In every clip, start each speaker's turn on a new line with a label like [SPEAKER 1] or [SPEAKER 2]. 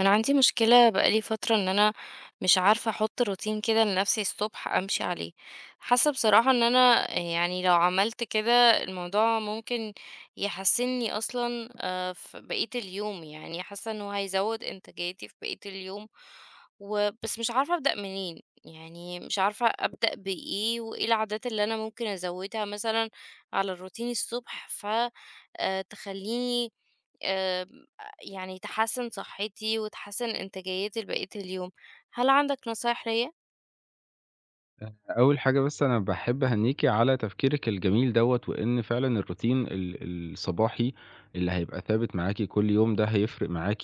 [SPEAKER 1] انا عندي مشكلة بقالي فترة ان انا مش عارفة احط روتين كده لنفسي الصبح امشي عليه. حاسة بصراحة ان انا يعني لو عملت كده الموضوع ممكن يحسني اصلا آه، في بقية اليوم. يعني حاسة انه هيزود انتاجيتي في بقية اليوم وبس مش عارفة ابدأ منين، يعني مش عارفة ابدأ بايه وايه العادات اللي انا ممكن ازودها مثلا على الروتين الصبح فتخليني يعني تحسّن صحّتي وتحسّن إنتاجيّتي لبقية اليوم، هل عندك نصايح ليّا؟
[SPEAKER 2] أول حاجة بس أنا باحب أهنّيكِ على تفكيرِك الجميل دوّة، وإن فعلًا الروتين الصباحي اللي هيبقى ثابت معاكِ كل يوم ده هيفرق معاكِ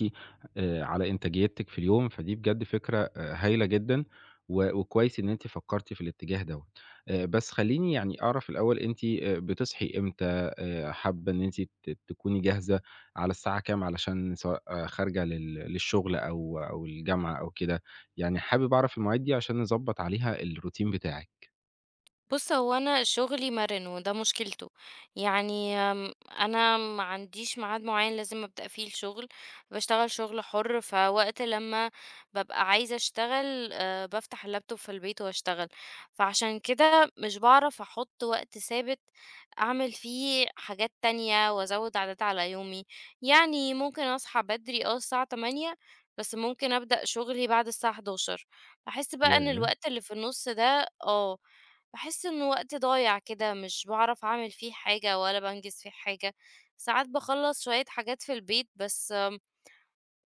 [SPEAKER 2] على إنتاجيتِك في اليوم، فدي بجد فكرة هايلة جدًا، وكويس إن أنتِ فكّرتِ في الاتجاه دوّة. بس خلّيني يعني أعرف الأول أنتِ بتصحي إمتى، حابة إن أنتِ تكوني جاهزة على الساعة كام علشان سواء آه، خارجة للشغل أو الجامعة أو كده، يعني حابب أعرف المواعيد دي عشان نضبّط عليها الروتين بتاعِك.
[SPEAKER 1] بُص، هو أنا شغلي مَرِن وده مشكلته، يعني أنا ما عنديش ميعاد معيّن لازم أبدأ فيه الشغل، باشتغل شغل حُر، فوقت لمّا بابقى عايزة أشتغل بافتح اللابتوب في البيت وأشتغل، فعشان كده مش باعرف أحُط وقت ثابت أعمل فيه حاجات تانية وأزوّد عادات على يومي. يعني ممكن أصحى بدري آه، الساعة 08:00 بس ممكن أبدأ شغلي بعد الساعة 11:00. باحس بقى إن
[SPEAKER 2] ياه!
[SPEAKER 1] الوقت اللي في النُص ده آه، باحس إنه وقت ضايع كده، مش باعرف أعمل فيه حاجة ولا بانجز فيه حاجة. ساعات باخلّص شوية حاجات في البيت، بس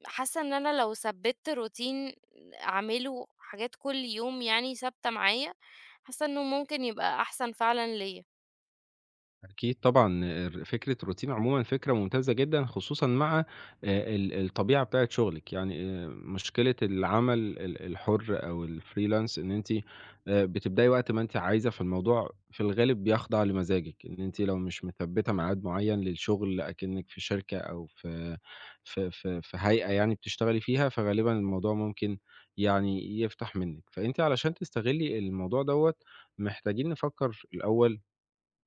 [SPEAKER 1] حاسة إن أنا لو ثبّتت روتين أعمله حاجات كل يوم يعني ثابتة معايا، حاسة إنه ممكن يبقى أحسن فعلًا ليّا.
[SPEAKER 2] أكيد طبعًا فكرة الروتين عمومًا فكرة ممتازة جدًا، خصوصًا مع الطبيعة بتاعة شغلِك، يعني مشكلة العمل الحُر أو الfreelance إن أنتِ بتبدئي وقت ما أنتِ عايزة، فالموضوع في الغالب بيخضع لمزاجِك، إن أنتِ لو مش مثبّتة ميعاد معيّن للشغل أكنِّك في شركة أو في هيئة يعني بتشتغلي فيها، فغالبًا الموضوع ممكن يعني يفتح منِّك، فأنتِ علشان تستغلّي الموضوع دوّة محتاجين نفكّر الأول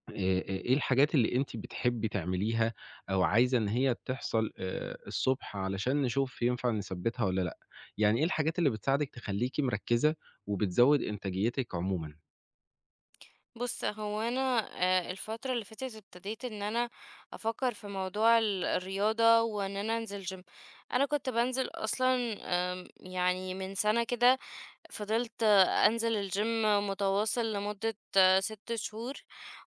[SPEAKER 2] إيه الحاجات اللي أنتِ بتحبي تعمليها أو عايزة إن هي تحصل الصبح علشان نشوف ينفع نثبّتها والّا لأ؟ يعني إيه الحاجات اللي بتساعدِك تخلّيكِ مركّزة وبتزوّد إنتاجيتِك عمومًا؟
[SPEAKER 1] بُص، هو أنا الفترة اللي فاتت ابتديت إن أنا أفكّر في موضوع الرياضة وإن أنا أنزل gym. أنا كنت بانزل أصلًا، يعني من سَنة كده فضلت أنزل الgym متواصل لمدة 6 شهور،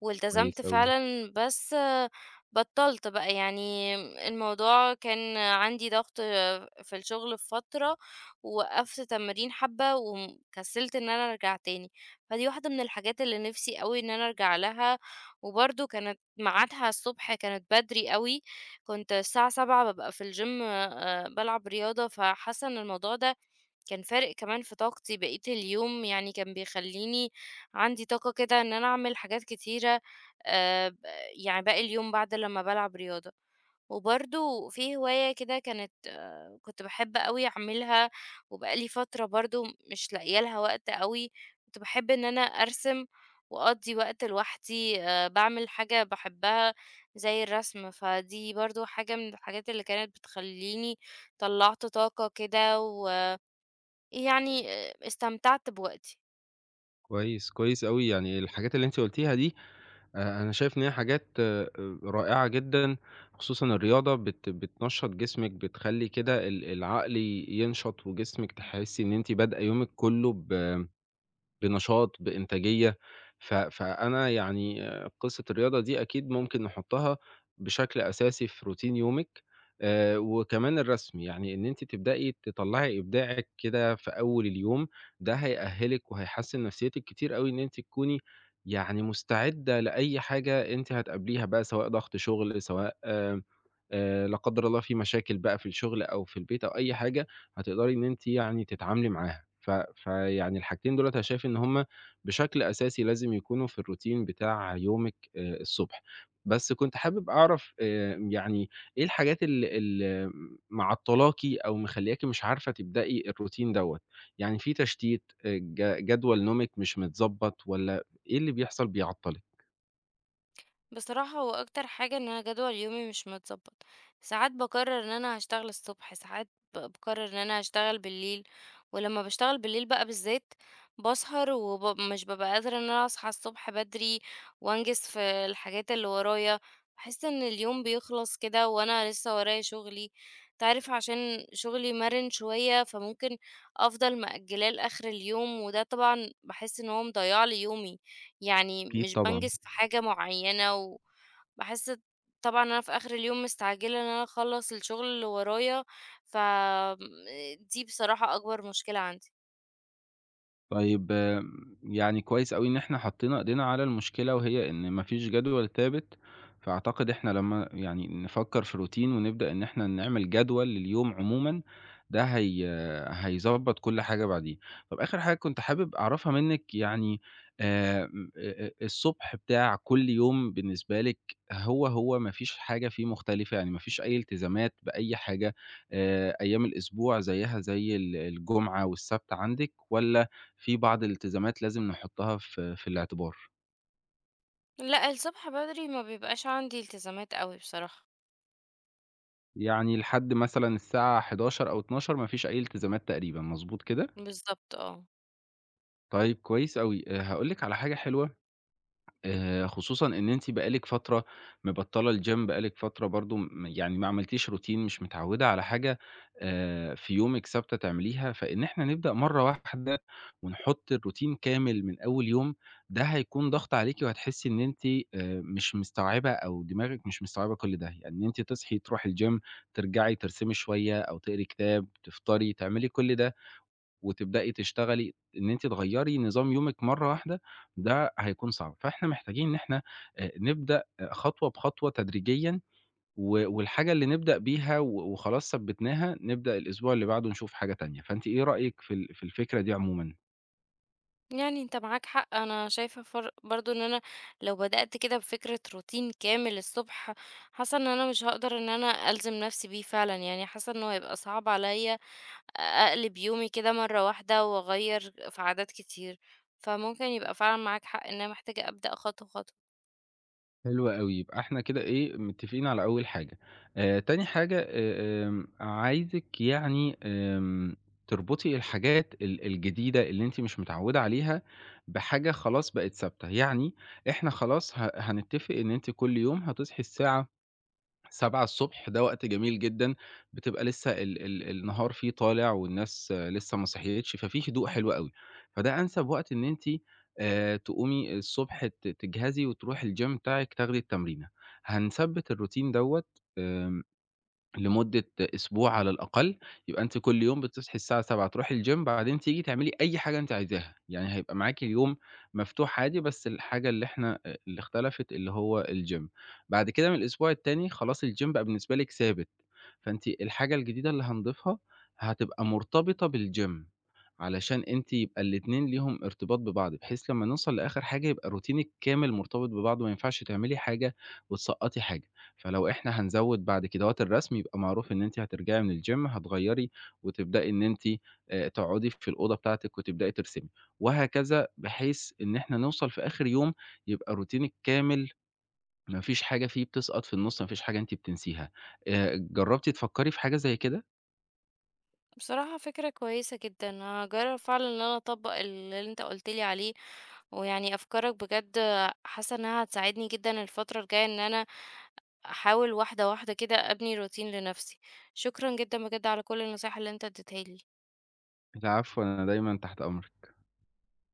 [SPEAKER 1] والتزمت
[SPEAKER 2] كويس أوي،
[SPEAKER 1] فعلًا. بس بطّلت بقى، يعني الموضوع كان عندي ضغط في الشغل في فترة، ووقّفت تمرين حبّة وكسّلت إن أنا أرجع تاني، فدي واحدة من الحاجات اللي نِفْسي أوي إن أنا أرجع لها، وبرضه كانت ميعادها الصبح، كانت بدري أوي، كنت الساعة 07:00 بابقى في الgym بالعب رياضة. فحاسّة إن الموضوع ده كان فارق كمان في طاقتي بقية اليوم، يعني كان بيخلّيني عندي طاقة كده إن أنا أعمل حاجات كتيرة ب يعني باقي اليوم بعد لمّا بالعب رياضة. وبرضه في هواية كده كانت آه، كنت باحب أوي أعملها وبقى لي فترة برضه مش لاقية لها وقت أوي. كنت باحب إن أنا أرسم وأقضّي وقت لوحدي، باعمل حاجة باحبها زي الرسم، فدي برضه حاجة من الحاجات اللي كانت بتخلّيني طلّعت طاقة كده، و يعني استمتعت بوقتي.
[SPEAKER 2] كويس، كويس أوي، يعني الحاجات اللي أنتِ قُلتيها دي أنا شايف إن هي حاجات رائعة جدًا، خصوصًا الرياضة بتنشّط جسمِك، بتخلّي كده العقل ينشط وجسمِك تحسّي إن أنتِ بادئة يومِك كُلّه بنشاط، بإنتاجية، فأنا يعني آه، قصة الرياضة دي أكيد ممكن نحطها بشكل أساسي في روتين يومِك، وكمان الرسم، يعني إن أنتِ تبدئي تطلّعي إبداعِك كده في أول اليوم، ده هيأهّلِك وهيحسّن نفسيتِك كتير أوي إن أنتِ تكوني يعني مستعدة لأي حاجة أنتِ هتقابليها بقى، سواء ضغط شغل، سواء آه، لا قدر الله في مشاكل بقى في الشغل أو في البيت أو أي حاجة، هتقدري إن أنتِ يعني تتعاملي معاها. فيعني الحاجتين دُولَة أنا شايف إن هُم بشكل أساسي لازم يكونوا في الروتين بتاع يومِك الصبح. بس كنت حابب أعرف يعني إيه الحاجات اللي معطّلاكِ أو مخلّياكِ مش عارفة تبدئي الروتين دوّة؟ يعني في تشتيت، جدول نومِك مش متضبّط والّا إيه اللي بيحصل بيعطّلِك؟
[SPEAKER 1] بصراحة هو أكتر حاجة إن أنا جدول يومي مش متضبط. ساعات باقرر إن أنا هاشتغل الصبح، ساعات باقرر إن أنا هاشتغل بالليل، ولمّا باشتغل بالليل بقى بالذات باسهر، مش بابقى قادرة إن أنا أصحى الصبح بدري وأنجز في الحاجات اللي ورايا. باحس إن اليوم بيخلص كده وأنا لسه ورايا شغلي. أنت عارف عشان شغلي مَرِن شوية، فممكن أفضل مأجلاه لآخر اليوم، وده طبعًا باحس إن هو مضيّع لي يومي. يعني
[SPEAKER 2] أكيد
[SPEAKER 1] مش
[SPEAKER 2] طبعًا.
[SPEAKER 1] بانجز في حاجة معينة، وباحس طبعًا أنا في آخر اليوم مستعجلة إن أنا أخلّص الشغل اللي ورايا، ف دي بصراحة أكبر مشكلة عندي.
[SPEAKER 2] طيب آمم، يعني كويس أوي إن إحنا حطينا إيدينا على المشكلة، وهي إن ما فيش جدول ثابت، فأعتقد إحنا لمّا يعني نفكّر في روتين ونبدأ إن إحنا نعمل جدول لليوم عمومًا، ده هي هيضبّط كل حاجة بعديه. طب آخر حاجة كنت حابب أعرفها منِّك يعني آمم، أ أ الصبح بتاع كل يوم بالنسبة لِك هو ما فيش حاجة فيه مختلفة، يعني ما فيش أي التزامات بأي حاجة أيام الأسبوع زيّها زي الجمعة والسبت عندِك والّا في بعض الالتزامات لازم نحطها في الاعتبار.
[SPEAKER 1] لأ، الصبح بدري ما بيبقاش عندي التزامات أوي بصراحة.
[SPEAKER 2] يعني لحد مثلًا الساعة 11:00 أو 12:00 ما فيش أي التزامات تقريبًا، مضبوط كده؟
[SPEAKER 1] بالضبط آه.
[SPEAKER 2] طيب كويس أوي. هاقول لِك على حاجة حلوة خصوصًا إن أنتِ بقى لِك فترة مبطّلة الgym بقى لِك فترة برضه يعني ما عملتيش routine مش متعوّدة على حاجة في يومِك ثابتة تعمليها، فإن إحنا نبدأ مرّة واحدة ونحُط الroutine كامل من أول يوم، ده هيكون ضغط عليكِ وهتحسّي إن أنتِ مش مستوعبة أو دماغِك مش مستوعبة كل ده، يعني إن أنتِ تصحي تروحي الgym ترجعي ترسمي شوية أو تقري كتاب، تفطري، تعملي كل ده وتبدئي تشتغلي إن أنتِ تغيّري نظام يومِك مرّة واحدة، ده هيكون صعب. فإحنا محتاجين إن إحنا نبدأ آه، خطوة بخطوة تدريجيًا والحاجة اللي نبدأ بيها وخلاص ثبّتناها، نبدأ الأسبوع اللي بعده نشوف حاجة تانية. فأنتِ إيه رأيِك في الفكرة دي عمومًا؟
[SPEAKER 1] يعني أنت معاك حق، أنا شايفة برضه إن أنا لو بدأت كده بفكرة روتين كامل الصبح، حاسة إن أنا مش هاقدر إن أنا ألزم نفسي بيه فعلًا، يعني حاسة إنه هيبقى صعب عليَّ أقلب يومي كده مرة واحدة وأغيّر في عادات كتير، فممكن يبقى فعلًا معاك حق إن أنا محتاجة أبدأ خطوة، خطوة.
[SPEAKER 2] حلو أوي، يبقى إحنا كده إيه، متفقين على أول حاجة. تاني حاجة آمم، عايزِك يعني آمم، تربطي الحاجات الجديدة اللي أنتِ مش متعودة عليها بحاجة خلاص بقت ثابتة، يعني إحنا خلاص هنتفق إن أنتِ كل يوم هتصحي الساعة 7:00 ده وقت جميل جدًا، بتبقى لسه ال ال النهار فيه طالع والناس آه، لسه ما صحيتش، ففي هدوء حلو أوي، فده أنسب وقت إن أنتِ تقومي الصبح تجهزي وتروحي الgym بتاعِك تاخدي التمرينة، هنثبّت الروتين دوّة آآ لمدة أسبوع على الأقل، يبقى أنتِ كل يوم بتصحي الساعة 07:00 تروحي الgym بعدين تيجي تعملي أي حاجة أنتِ عايزاها، يعني هيبقى معاكِ اليوم مفتوح عادي بس الحاجة اللي إحنا اللي اختلفت اللي هو الgym. بعد كده من الأسبوع التاني خلاص الgym بقى بالنسبة لِك ثابت، فأنتِ الحاجة الجديدة اللي هنضيفها هتبقى مرتبطة بالgym، علشان أنتِ يبقى الاتنين ليهم ارتباط ببعض، بحيث لما نوصل لآخر حاجة يبقى روتينِك كامل مرتبط ببعضه، ما ينفعش تعملي حاجة وتسقطي حاجة. فلو إحنا هنزوّد بعد كدهوّة الرسم، يبقى معروف إن أنتِ هترجعي من الgym هتغيّري وتبدئي إن أنتِ تقعدي في الأوضة بتاعتِك وتبدئي ترسمي، وهكذا بحيث إن إحنا نوصل في آخر يوم يبقى روتينِك كامل، ما فيش حاجة فيه بتسقط في النُص، ما فيش حاجة أنتِ بتنسيها. جرّبتِ تفكّري في حاجة زي كده؟
[SPEAKER 1] بصراحة فكرة كويسة جدًا، هاجرّب فعلًا إن أنا أطبّق اللي أنت قُلت لي عليه، ويعني أفكارك بجد حاسة إنها هتساعدني جدًا الفترة الجاية إن أنا أحاول واحدة، واحدة كده أبني روتين لنفسي. شكرًا جدًا بجد على كل النصايح اللي أنت اديتها لي.
[SPEAKER 2] العفو، أنا دايمًا تحت أمرِك.